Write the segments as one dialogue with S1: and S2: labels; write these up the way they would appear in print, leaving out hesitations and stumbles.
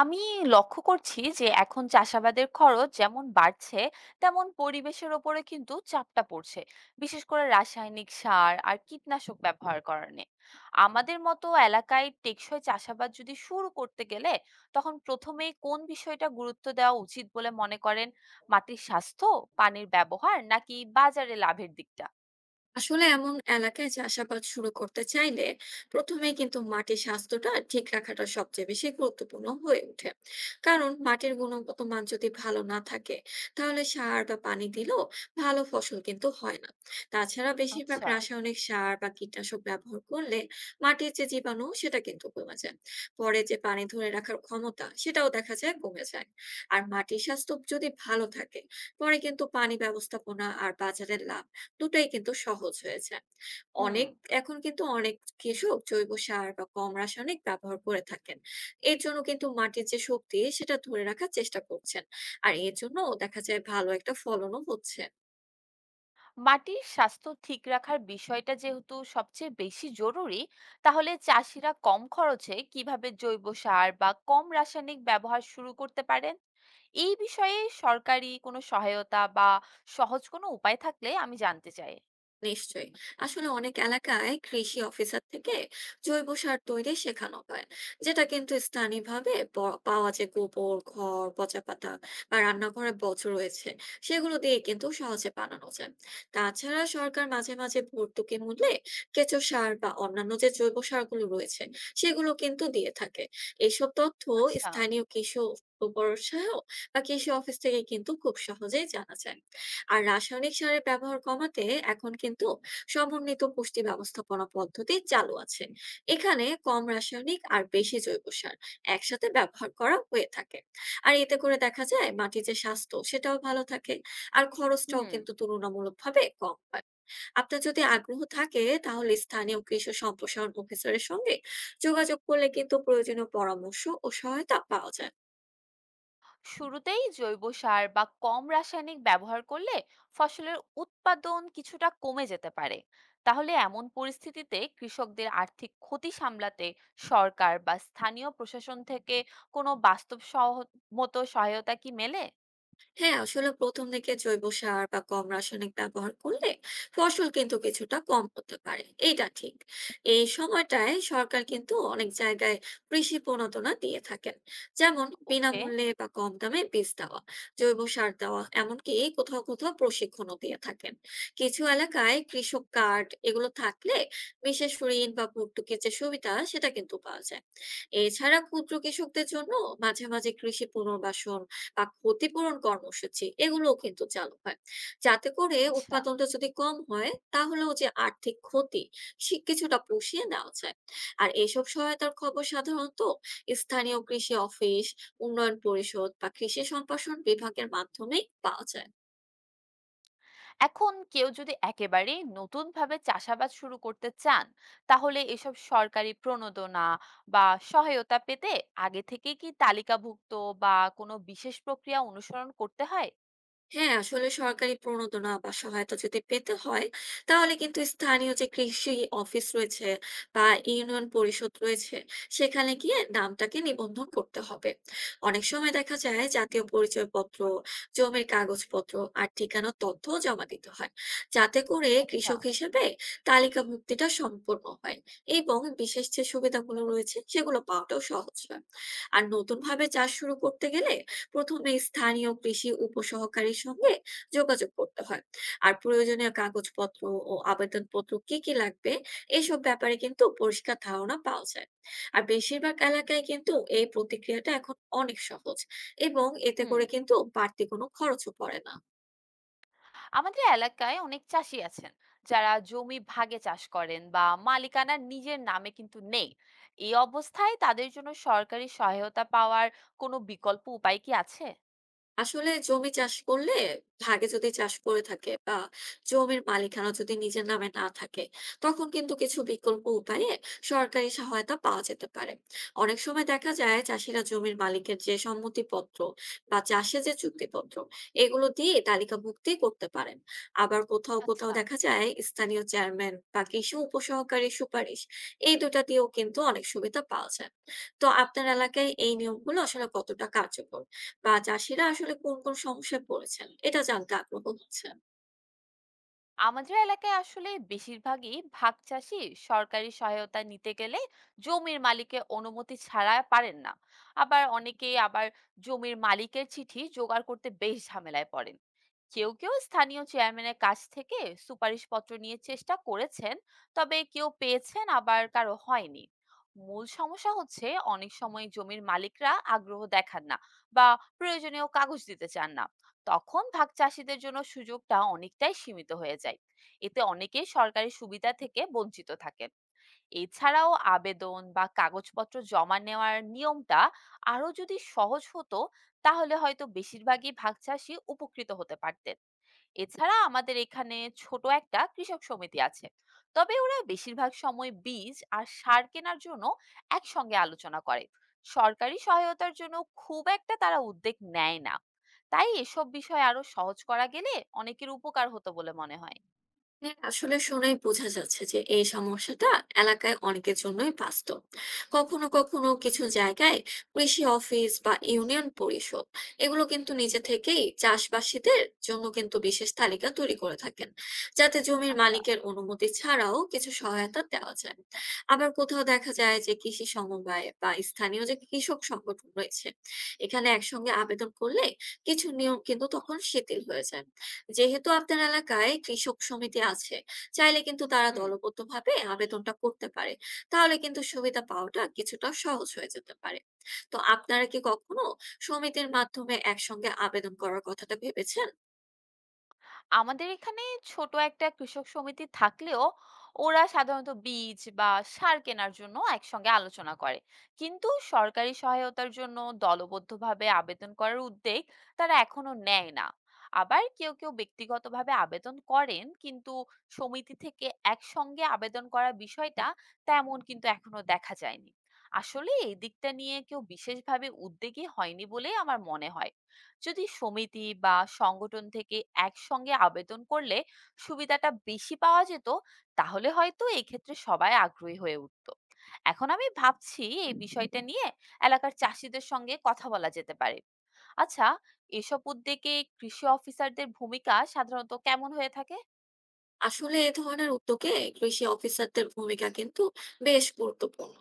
S1: আমি লক্ষ্য করছি যে এখন চাষাবাদের খরচ যেমন বাড়ছে, তেমন পরিবেশের ওপরে কিন্তু চাপটা পড়ছে, বিশেষ করে রাসায়নিক সার আর কীটনাশক ব্যবহার কারণে। আমাদের মতো এলাকায় টেকসই চাষাবাদ যদি শুরু করতে গেলে তখন প্রথমেই কোন বিষয়টা গুরুত্ব দেওয়া উচিত বলে মনে করেন? মাটির স্বাস্থ্য, পানির ব্যবহার নাকি বাজারে লাভের দিকটা?
S2: আসলে এমন এলাকায় চাষাবাদ শুরু করতে চাইলে প্রথমে কিন্তু মাটির স্বাস্থ্যটা ঠিক রাখাটা সবচেয়ে বেশি গুরুত্বপূর্ণ হয়ে ওঠে। কারণ মাটির গুণগত মান যদি ভালো না থাকে, তাহলে সার বা পানি দিলেও ভালো ফসল কিন্তু হয় না। তাছাড়া বেশিরভাগ
S1: আচ্ছা।
S2: রাসায়নিক সার বা কীটনাশক ব্যবহার করলে মাটির যে জীবাণু সেটা কিন্তু কমে যায়, পরে যে পানি ধরে রাখার ক্ষমতা সেটাও দেখা যায় কমে যায়। আর মাটির স্বাস্থ্য যদি ভালো থাকে, পরে কিন্তু পানি ব্যবস্থাপনা আর বাজারের লাভ দুটাই কিন্তু সহজ হয়েছে।
S1: হুম।
S2: অনেক এখন কিন্তু অনেক কৃষক জৈব সার বা কম রাসায়নিক ব্যবহার করে থাকেন। এর জন্য কিন্তু মাটির যে শক্তি সেটা ধরে রাখার চেষ্টা করছেন। আর এর জন্য দেখা যায় ভালো একটা ফলনও হচ্ছে।
S1: মাটির স্বাস্থ্য ঠিক রাখার বিষয়টা যেহেতু সবচেয়ে বেশি জরুরি, তাহলে চাষিরা কম খরচে কিভাবে জৈব সার বা কম রাসায়নিক ব্যবহার শুরু করতে পারেন, এই বিষয়ে সরকারি কোনো সহায়তা বা সহজ কোনো উপায় থাকলে আমি জানতে চাই।
S2: নিশ্চয়ই। আসলে অনেক এলাকায় কৃষি অফিসার থেকে জৈব সার তৈরি শেখানো হয়, যেটা কিন্তু স্থানীয়ভাবে পাওয়া যে গোবর, খড়, পচা পাতা বা রান্নাঘরের বর্জ্য রয়েছে, সেগুলো দিয়ে কিন্তু সহজে বানানো যায়। তাছাড়া সরকার মাঝে মাঝে ভর্তুকি মূল্যে কেঁচো সার বা অন্যান্য যে জৈব সারগুলো রয়েছে সেগুলো কিন্তু দিয়ে থাকে। এইসব তথ্য
S1: আচ্ছা।
S2: স্থানীয় কৃষি উপর সহায়ক বা কৃষি অফিস থেকে কিন্তু খুব সহজেই জানা যায়। আর রাসায়নিক সারের ব্যবহার কমাতে এখন কিন্তু সমন্বিত পুষ্টি ব্যবস্থাপনা পদ্ধতি চালু আছে। এখানে কম রাসায়নিক আর বেশি জৈব সার একসাথে ব্যবহার করা হয়ে থাকে। আর এতে করে দেখা যায় মাটির যে স্বাস্থ্য সেটাও ভালো থাকে, আর খরচটাও
S1: হুম।
S2: কিন্তু তুলনামূলকভাবে কম হয়। আপনার যদি আগ্রহ থাকে, তাহলে স্থানীয় কৃষি সম্প্রসারণ অফিসারের সঙ্গে যোগাযোগ করলে কিন্তু প্রয়োজনীয় পরামর্শ ও সহায়তা পাওয়া যায়।
S1: শুরুতেই জৈব সার বা কম রাসায়নিক ব্যবহার করলে ফসলের উৎপাদন কিছুটা কমে যেতে পারে। তাহলে এমন পরিস্থিতিতে কৃষকদের আর্থিক ক্ষতি সামলাতে সরকার বা স্থানীয় প্রশাসন থেকে কোনো বাস্তবসম্মত সহায়তা কি মেলে?
S2: হ্যাঁ, আসলে প্রথম দিকে জৈব সার বা কম রাসায়নিক ব্যবহার করলে ফসল কিন্তু কিছুটা কম হতে পারে, এটা ঠিক। এই সময়টায় সরকার কিন্তু অনেক জায়গায় কৃষি প্রণোদনা দিয়ে থাকেন, যেমন
S1: ওকে।
S2: বিনামূল্যে বা কম দামে বীজ দেওয়া, জৈব সার দেওয়া, এমনকি কোথাও কোথাও প্রশিক্ষণও দিয়ে থাকেন। কিছু এলাকায় কৃষক কার্ড এগুলো থাকলে বিশেষ ঋণ বা ভর্তুকির যে সুবিধা সেটা কিন্তু পাওয়া যায়। এছাড়া ক্ষুদ্র কৃষকদের জন্য মাঝে মাঝে কৃষি পুনর্বাসন বা ক্ষতিপূরণ কর্মসূচি এগুলোও কিন্তু চালু হয়, যাতে করে
S1: আচ্ছা।
S2: উৎপাদনটা যদি কম হয় তাহলেও যে আর্থিক ক্ষতি সে কিছুটা পুষিয়ে নেওয়া যায়। আর এসব সহায়তার খবর সাধারণত স্থানীয় কৃষি অফিস, উন্নয়ন পরিষদ বা কৃষি সম্প্রসারণ বিভাগের মাধ্যমেই পাওয়া যায়।
S1: এখন কেউ যদি একেবারেই নতুনভাবে চাষাবাদ শুরু করতে চান, তাহলে এসব সরকারি প্রণোদনা বা সহায়তা পেতে আগে থেকে কি তালিকাভুক্ত বা কোনো বিশেষ প্রক্রিয়া অনুসরণ করতে হয়?
S2: হ্যাঁ, আসলে সরকারি প্রণোদনা বা সহায়তা যদি পেতে হয়, তাহলে কিন্তু স্থানীয় যে কৃষি অফিস রয়েছে বা ইউনিয়ন পরিষদ রয়েছে, সেখানে গিয়ে নামটাকে নিবন্ধন করতে হবে। অনেক সময় দেখা যায় জাতীয় পরিচয়পত্র, জমির কাগজপত্র আর ঠিকানার তথ্য জমা দিতে হয়, যাতে করে
S1: আচ্ছা।
S2: কৃষক হিসেবে তালিকাভুক্তিটা সম্পূর্ণ হয় এবং বিশেষ যে সুবিধাগুলো রয়েছে সেগুলো পাওয়াটাও সহজ হয়। আর নতুন ভাবে চাষ শুরু করতে গেলে প্রথমে স্থানীয় কৃষি উপসহকারীর সঙ্গে যোগাযোগ করতে হয়, আর প্রয়োজনীয় কাগজপত্র ও আবেদনপত্র কি কি লাগবে এইসব ব্যাপারে কিন্তু পরিষ্কার ধারণা পাওয়া যায়। আর বেশিরভাগ এলাকায় কিন্তু এই প্রতিক্রিয়াটা এখন অনেক সহজ, এবং এতে
S1: হুম।
S2: করে কিন্তু বাড়তি কোনো খরচও পড়ে না।
S1: আমাদের এলাকায় অনেক চাষি আছেন যারা জমি ভাগে চাষ করেন বা মালিকানা নিজের নামে কিন্তু নেই। এই অবস্থায় তাদের জন্য সরকারি সহায়তা পাওয়ার কোনো বিকল্প উপায় কি আছে?
S2: আসলে জমি চাষ করলে, ভাগে যদি চাষ করে থাকে বা জমির মালিকানা যদি নিজের নামে না থাকে, তখন কিন্তু কিছু বিকল্প উপায়ে সরকারি সহায়তা পাওয়া যেতে পারে। অনেক সময় দেখা যায় চাষিরা জমির মালিকের যে সম্মতিপত্র বা চাষে যে চুক্তিপত্র, এগুলো দিয়ে তালিকা ভুক্তি করতে পারেন। আবার কোথাও কোথাও
S1: আচ্ছা।
S2: দেখা যায় স্থানীয় চেয়ারম্যান বা কৃষি উপসহকারী সুপারিশ, এই দুটা দিয়েও কিন্তু অনেক সুবিধা পাওয়া যায়। তো আপনার এলাকায় এই নিয়মগুলো আসলে কতটা কার্যকর, বা চাষীরা আসলে কোন, কোন সমস্যায় পড়েছেন, এটা জানতে আগ্রহ হচ্ছে।
S1: আমাদের এলাকায় আসলে বেশিরভাগই ভাগ চাষি। সরকারি সহায়তা নিতে গেলে জমির মালিকের অনুমতি ছাড়া পারেন না। আবার অনেকেই আবার জমির মালিকের চিঠি জোগাড় করতে বেশ ঝামেলায় পড়েন। কেউ কেউ স্থানীয় চেয়ারম্যানের কাছ থেকে সুপারিশপত্র নিয়ে চেষ্টা করেছেন, তবে কেউ পেয়েছেন আবার কারো হয়নি। মূল সমস্যা হচ্ছে, অনেক সময় জমির মালিকরা আগ্রহ দেখান না বা প্রয়োজনীয় কাগজ দিতে চান না। তখন ভাগ চাষীদের জন্য সুযোগটা অনেকটাই সীমিত হয়ে যায়। এতে অনেকেই সরকারি সুবিধা থেকে বঞ্চিত থাকেন। এছাড়াও আবেদন বা কাগজপত্র জমা নেওয়ার নিয়মটা আরো যদি সহজ হতো, তাহলে হয়তো বেশিরভাগই ভাগ চাষি উপকৃত হতে পারতেন। এছাড়া আমাদের এখানে ছোট একটা কৃষক সমিতি আছে, তবে ওরা বেশিরভাগ সময় বীজ আর সার কেনার জন্য একসঙ্গে আলোচনা করে। সরকারি সহায়তার জন্য খুব একটা তারা উদ্যোগ নেয় না। তাই এসব বিষয় আরো সহজ করা গেলে অনেকের উপকার হতো বলে মনে হয়।
S2: হ্যাঁ, আসলে শুনেই বোঝা যাচ্ছে যে এই সমস্যাটা এলাকায় অনেকের জন্যই বাস্তব। কখনো কখনো কিছু জায়গায় কৃষি অফিস বা ইউনিয়ন পরিষদ এগুলো কিন্তু নিজে থেকেই চাষবাসীদের জন্য কিন্তু বিশেষ তালিকা তৈরি করে থাকেন, যাতে জমির
S1: আচ্ছা।
S2: মালিকের অনুমতি ছাড়াও কিছু সহায়তা দেওয়া যায়। আবার কোথাও দেখা যায় যে কৃষি সমবায় বা স্থানীয় যে কৃষক সংগঠন রয়েছে, এখানে একসঙ্গে আবেদন করলে কিছু নিয়ম কিন্তু তখন শিথিল হয়ে যায়। যেহেতু আপনার এলাকায় কৃষক সমিতি আছে, চাইলে কিন্তু তারা
S1: হুম।
S2: দলবদ্ধভাবে আবেদনটা করতে পারে। তাহলে কিন্তু সুবিধা পাওয়াটা কিছুটা সহজ হয়ে যেতে পারে। তো আপনারা কি কখনো সমিতির মাধ্যমে একসঙ্গে আবেদন করার কথাটা ভেবেছেন?
S1: আমাদের এখানে ছোট একটা কৃষক সমিতি থাকলেও ওরা সাধারণত বীজ বা সার কেনার জন্য একসঙ্গে আলোচনা করে, কিন্তু সরকারি সহায়তার জন্য দলবদ্ধভাবে আবেদন করার উদ্যোগ তারা এখনো নেয় না। আবার কেউ কেউ ব্যক্তিগতভাবে আবেদন করেন, কিন্তু সমিতি থেকে একসঙ্গে আবেদন করার বিষয়টা তেমন কিন্তু এখনো দেখা যায়নি। আসলে এই দিকটা নিয়ে কেউ বিশেষভাবে উদ্যোগী হয়নি বলেই আমার মনে হয়। যদি সমিতি বা সংগঠন থেকে একসঙ্গে আবেদন করলে সুবিধাটা বেশি পাওয়া যেত, তাহলে হয়তো এই ক্ষেত্রে সবাই আগ্রহী হয়ে উঠতো। এখন আমি ভাবছি এই বিষয়টা নিয়ে এলাকার চাষিদের সঙ্গে কথা বলা যেতে পারে। আচ্ছা, এসব উদ্যোগে কৃষি অফিসারদের ভূমিকা সাধারণত কেমন হয়ে থাকে?
S2: আসলে এ ধরনের উদ্যোগে কৃষি অফিসারদের ভূমিকা কিন্তু বেশ গুরুত্বপূর্ণ।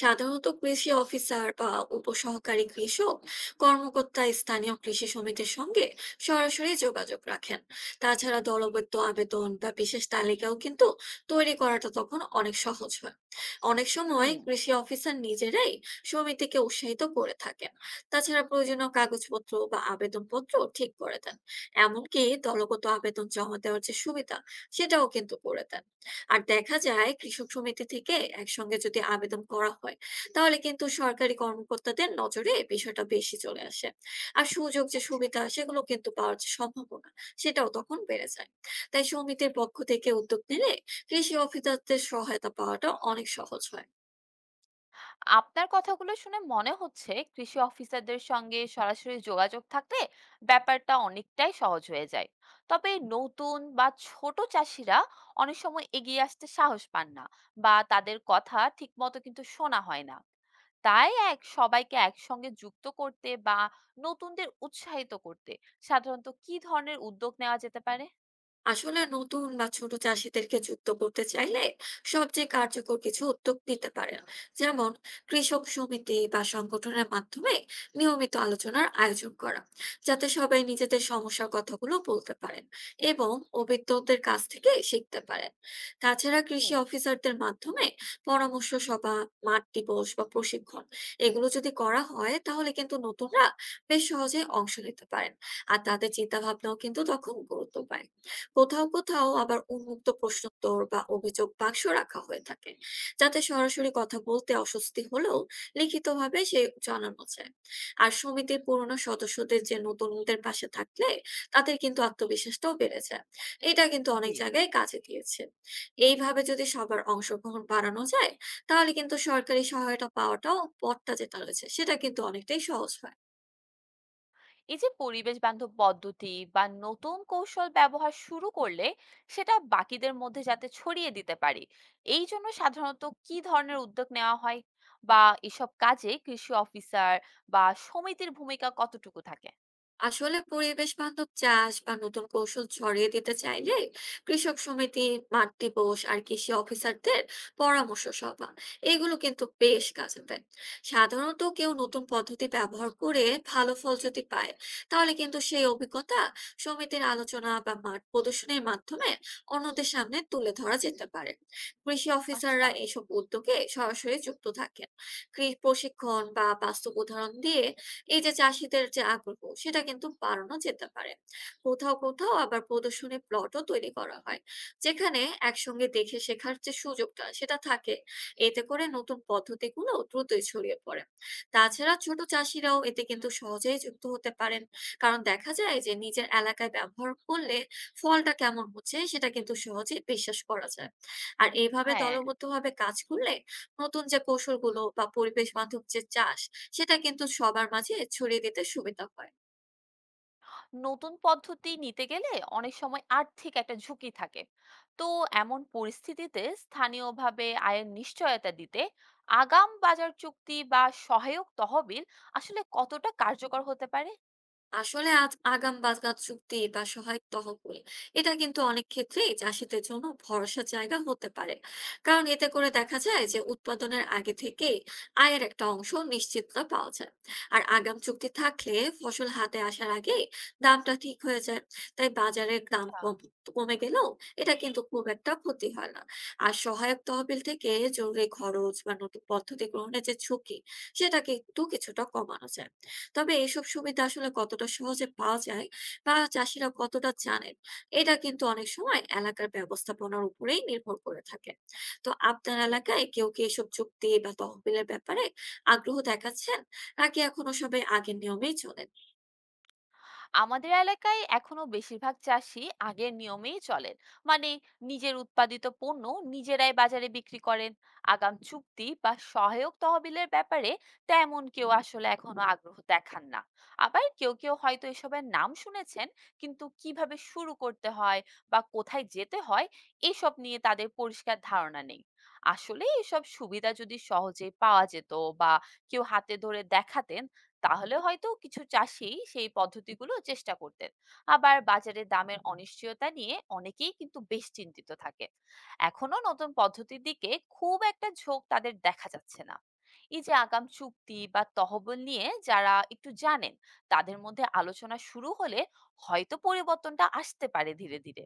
S2: সাধারণত কৃষি অফিসার বা উপসহকারী কৃষক কর্মকর্তা স্থানীয় কৃষি সমিতির সঙ্গে সরাসরি যোগাযোগ রাখেন। তাছাড়া দলবদ্ধ আবেদন বা বিশেষ তালিকাও কিন্তু তৈরি করাটা তখন অনেক সহজ হয়। অনেক সময়
S1: হুম।
S2: কৃষি অফিসার নিজেরাই সমিতিকে উৎসাহিত করে থাকেন, তাছাড়া প্রয়োজনীয় কাগজপত্র বা আবেদনপত্র ঠিক করে দেন, এমনকি দলগত আবেদন জমা দেওয়ার যে সুবিধা সেটাও কিন্তু করে দেন। আর দেখা যায় কৃষক সমিতি থেকে একসঙ্গে যদি আবেদন করা হয়, তাহলে কিন্তু সরকারি কর্মকর্তাদের নজরে বিষয়টা বেশি চলে আসে, আর সুযোগ যে সুবিধা সেগুলো কিন্তু পাওয়ার যে সম্ভাবনা সেটাও তখন বেড়ে যায়। তাই সমিতির পক্ষ থেকে উদ্যোগ নিলে কৃষি অফিসারদের সহায়তা পাওয়াটা অনেক সহজ হয়।
S1: আপনার কথাগুলো শুনে মনে হচ্ছে কৃষি অফিসারদের সঙ্গে সরাসরি যোগাযোগ থাকলে ব্যাপারটা অনেকটাই সহজ হয়ে যায়। তবে নতুন বা ছোট চাষিরা অনেক সময় এগিয়ে আসতে সাহস পান না বা তাদের কথা ঠিকমতো কিন্তু শোনা হয় না। তাই এক সবাইকে একসঙ্গে যুক্ত করতে বা নতুনদের উৎসাহিত করতে সাধারণত কি ধরনের উদ্যোগ নেওয়া যেতে পারে?
S2: আসলে নতুন বা ছোট চাষীদেরকে যুক্ত করতে চাইলে সবচেয়ে কার্যকর কিছু উদ্যোগ নিতে পারেন। যেমন কৃষক সমিতি বা সংগঠনের মাধ্যমে নিয়মিত আলোচনার আয়োজন করা, যাতে সবাই নিজেদের সমস্যার কথাগুলো বলতে পারেন এবং অভিজ্ঞদের কাছ থেকে শিখতে পারেন। তাছাড়া কৃষি
S1: হুম।
S2: অফিসারদের মাধ্যমে পরামর্শ সভা, মাঠ দিবস বা প্রশিক্ষণ, এগুলো যদি করা হয় তাহলে কিন্তু নতুনরা বেশ সহজে অংশ নিতে পারেন, আর তাদের চিন্তা ভাবনাও কিন্তু তখন গুরুত্ব পায়। কোথাও, কোথাও আবার উন্মুক্ত প্রশ্নোত্তর বা অভিযোগ বাক্স রাখা হয়ে থাকে, যাতে সরাসরি কথা বলতে অস্বস্তি হলেও লিখিতভাবে সে জানানো যায়। আর সমিতির পুরনো সদস্যদের যে নতুনদের পাশে থাকলে তাদের কিন্তু আত্মবিশ্বাসটাও বেড়ে যায়, এটা কিন্তু
S1: জি।
S2: অনেক জায়গায় কাজে দিয়েছে। এইভাবে যদি সবার অংশগ্রহণ বাড়ানো যায়, তাহলে কিন্তু সরকারি সহায়তা পাওয়াটাও পথটা যেটা রয়েছে সেটা কিন্তু অনেকটাই সহজ হয়।
S1: এই যে পরিবেশ বান্ধব পদ্ধতি বা নতুন কৌশল ব্যবহার শুরু করলে সেটা বাকিদের মধ্যে যাতে ছড়িয়ে দিতে পারি, এই জন্য সাধারণত কি ধরনের উদ্যোগ নেওয়া হয় বা এসব কাজে কৃষি অফিসার বা সমিতির ভূমিকা কতটুকু থাকে?
S2: আসলে পরিবেশ বান্ধব চাষ বা নতুন কৌশল ছড়িয়ে দিতে চাইলে কৃষক সমিতি, মাঠ দিবস আর কৃষি অফিসারদের পরামর্শ সভা, এগুলো কিন্তু বেশ কাজে দেয়। সাধারণত কেউ নতুন পদ্ধতি ব্যবহার করে ভালো ফল যদি পায়, তাহলে কিন্তু সেই অভিজ্ঞতা সমিতির আলোচনা বা মাঠ প্রদর্শনীর মাধ্যমে অন্যদের সামনে তুলে ধরা যেতে পারে। কৃষি
S1: আচ্ছা।
S2: অফিসাররা এইসব উদ্যোগে সরাসরি যুক্ত থাকেন। কৃষি প্রশিক্ষণ বা বাস্তব উদাহরণ দিয়ে এই যে চাষীদের যে আগ্রহ সেটা কিন্তু বাড়ানো যেতে পারে। কোথাও কোথাও আবার প্রদর্শনী প্লটও তৈরি করা হয়, যেখানে একসঙ্গে দেখে শেখার যে সুযোগটা সেটা থাকে। এতে করে নতুন পদ্ধতিগুলো দ্রুতই ছড়িয়ে পড়ে। তাছাড়া ছোট চাষিরাও এতে কিন্তু সহজেই যুক্ত হতে পারেন, কারণ দেখা যায় যে নিজের এলাকায় ব্যবহার করলে ফলটা কেমন হচ্ছে সেটা কিন্তু সহজেই বিশ্বাস করা যায়। আর এইভাবে
S1: হ্যাঁ।
S2: দলবদ্ধভাবে কাজ করলে নতুন যে কৌশলগুলো বা পরিবেশ বান্ধব যে চাষ সেটা কিন্তু সবার মাঝে ছড়িয়ে দিতে সুবিধা হয়।
S1: নতুন পদ্ধতি নিতে গেলে অনেক সময় আর্থিক একটা ঝুঁকি থাকে। তো এমন পরিস্থিতিতে স্থানীয়ভাবে আয়ের নিশ্চয়তা দিতে আগাম বাজার চুক্তি বা সহায়ক তহবিল আসলে কতটা কার্যকর হতে পারে?
S2: আসলে আজ আগাম বাজার চুক্তি বা সহায়ক তহবিল এটা কিন্তু অনেক ক্ষেত্রেই চাষীদের জন্য ভরসার জায়গা হতে পারে। কারণ এতে করে দেখা যায় যে উৎপাদনের আগে থেকেই আয়ের একটা অংশ নিশ্চিততা পাওয়া যায়। আর আগাম চুক্তি থাকলে ফসল হাতে আসার আগেই দামটা ঠিক হয়ে যায়। তাই বাজারের দাম
S1: আচ্ছা।
S2: কমে গেলেও এটা কিন্তু খুব একটা ক্ষতি হয় না। আর সহায়ক তহবিল থেকে জরুরি খরচ বা নতুন পদ্ধতি গ্রহণের যে ঝুঁকি সেটা কিন্তু কিছুটা কমানো যায়। তবে এইসব সুবিধা আসলে কতটা সহজে পাওয়া যায় বা চাষিরা কতটা জানেন, এটা কিন্তু অনেক সময় এলাকার ব্যবস্থাপনার উপরেই নির্ভর করে থাকে। তো আপনার
S1: ঠিক।
S2: এলাকায় কেউ কি এসব চুক্তি বা তহবিলের ব্যাপারে আগ্রহ দেখাচ্ছেন, নাকি এখনো সবাই আগের নিয়মেই চলে?
S1: আমাদের এলাকায় এখনো বেশিরভাগ চাষী আগের নিয়মেই চলেন। মানে, নিজের উৎপাদিত পণ্য নিজেরাই বাজারে বিক্রি করেন। আগাম চুক্তি বা সহায়ক তহবিলের ব্যাপারে তেমন কেউ আসলে এখনো আগ্রহ দেখান না। আবার কেউ কেউ হয়তো এসবের নাম শুনেছেন, কিন্তু কিভাবে শুরু করতে হয় বা কোথায় যেতে হয় এসব নিয়ে তাদের পরিষ্কার ধারণা নেই। আসলে এসব সুবিধা যদি সহজে পাওয়া যেত বা কেউ হাতে ধরে দেখাতেন, তাহলে হয়তো কিছু চাষি সেই পদ্ধতিগুলো চেষ্টা করতেন। আবার বাজারে দামের অনিশ্চয়তা নিয়ে অনেকেই কিন্তু বেশ চিন্তিত থাকে। এখনো নতুন পদ্ধতির দিকে খুব একটা ঝোঁক তাদের দেখা যাচ্ছে না। এই যে আগাম চুক্তি বা তহবিল নিয়ে যারা একটু জানেন, তাদের মধ্যে আলোচনা শুরু হলে হয়তো পরিবর্তনটা আসতে পারে ধীরে ধীরে।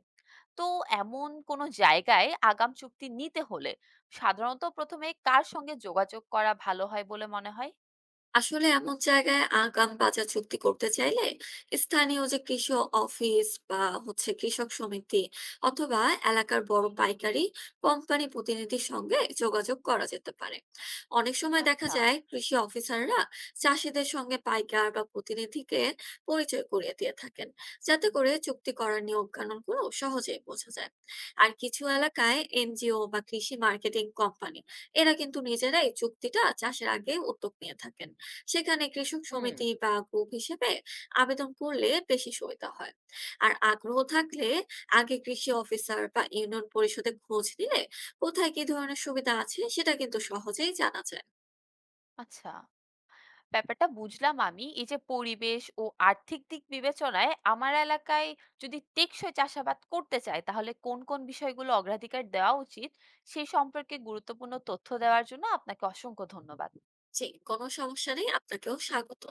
S1: তো এমন কোনো জায়গায় আগাম চুক্তি নিতে হলে সাধারণত প্রথমে কার সঙ্গে যোগাযোগ করা ভালো হয় বলে মনে হয়?
S2: আসলে এমন জায়গায় আগাম বাজার চুক্তি করতে চাইলে স্থানীয় যে কৃষি অফিস বা হচ্ছে কৃষক সমিতি, অথবা এলাকার বড় পাইকারি কোম্পানি প্রতিনিধির সঙ্গে যোগাযোগ করা যেতে পারে। অনেক সময় দেখা
S1: আচ্ছা।
S2: যায় কৃষি অফিসাররা চাষিদের সঙ্গে পাইকার বা প্রতিনিধিকে পরিচয় করিয়ে দিয়ে থাকেন, যাতে করে চুক্তি করার নিয়ম কানুনগুলো সহজেই বোঝা যায়। আর কিছু এলাকায় এনজিও বা কৃষি মার্কেটিং কোম্পানি, এরা কিন্তু নিজেরাই চুক্তিটা চাষের আগে উদ্যোগ নিয়ে থাকেন। সেখানে কৃষক
S1: হুম।
S2: সমিতি বা গ্রুপ হিসেবে আবেদন করলে বেশি সুবিধা হয়। আর আগ্রহ থাকলে আগে কৃষি অফিসার বা ইউনিয়ন পরিষদে খোঁজ নিলে কোথায় কি ধরনের সুবিধা আছে সেটা কিন্তু সহজেই জানা যায়।
S1: আচ্ছা, ব্যাপারটা বুঝলাম আমি। এই যে পরিবেশ ও আর্থিক দিক বিবেচনায় আমার এলাকায় যদি টেকসই চাষাবাদ করতে চায়, তাহলে কোন বিষয়গুলো অগ্রাধিকার দেওয়া উচিত? সে সম্পর্কে গুরুত্বপূর্ণ তথ্য দেওয়ার জন্য আপনাকে অসংখ্য ধন্যবাদ।
S2: জি, কোনো সমস্যা নেই, আপনাকেও স্বাগত।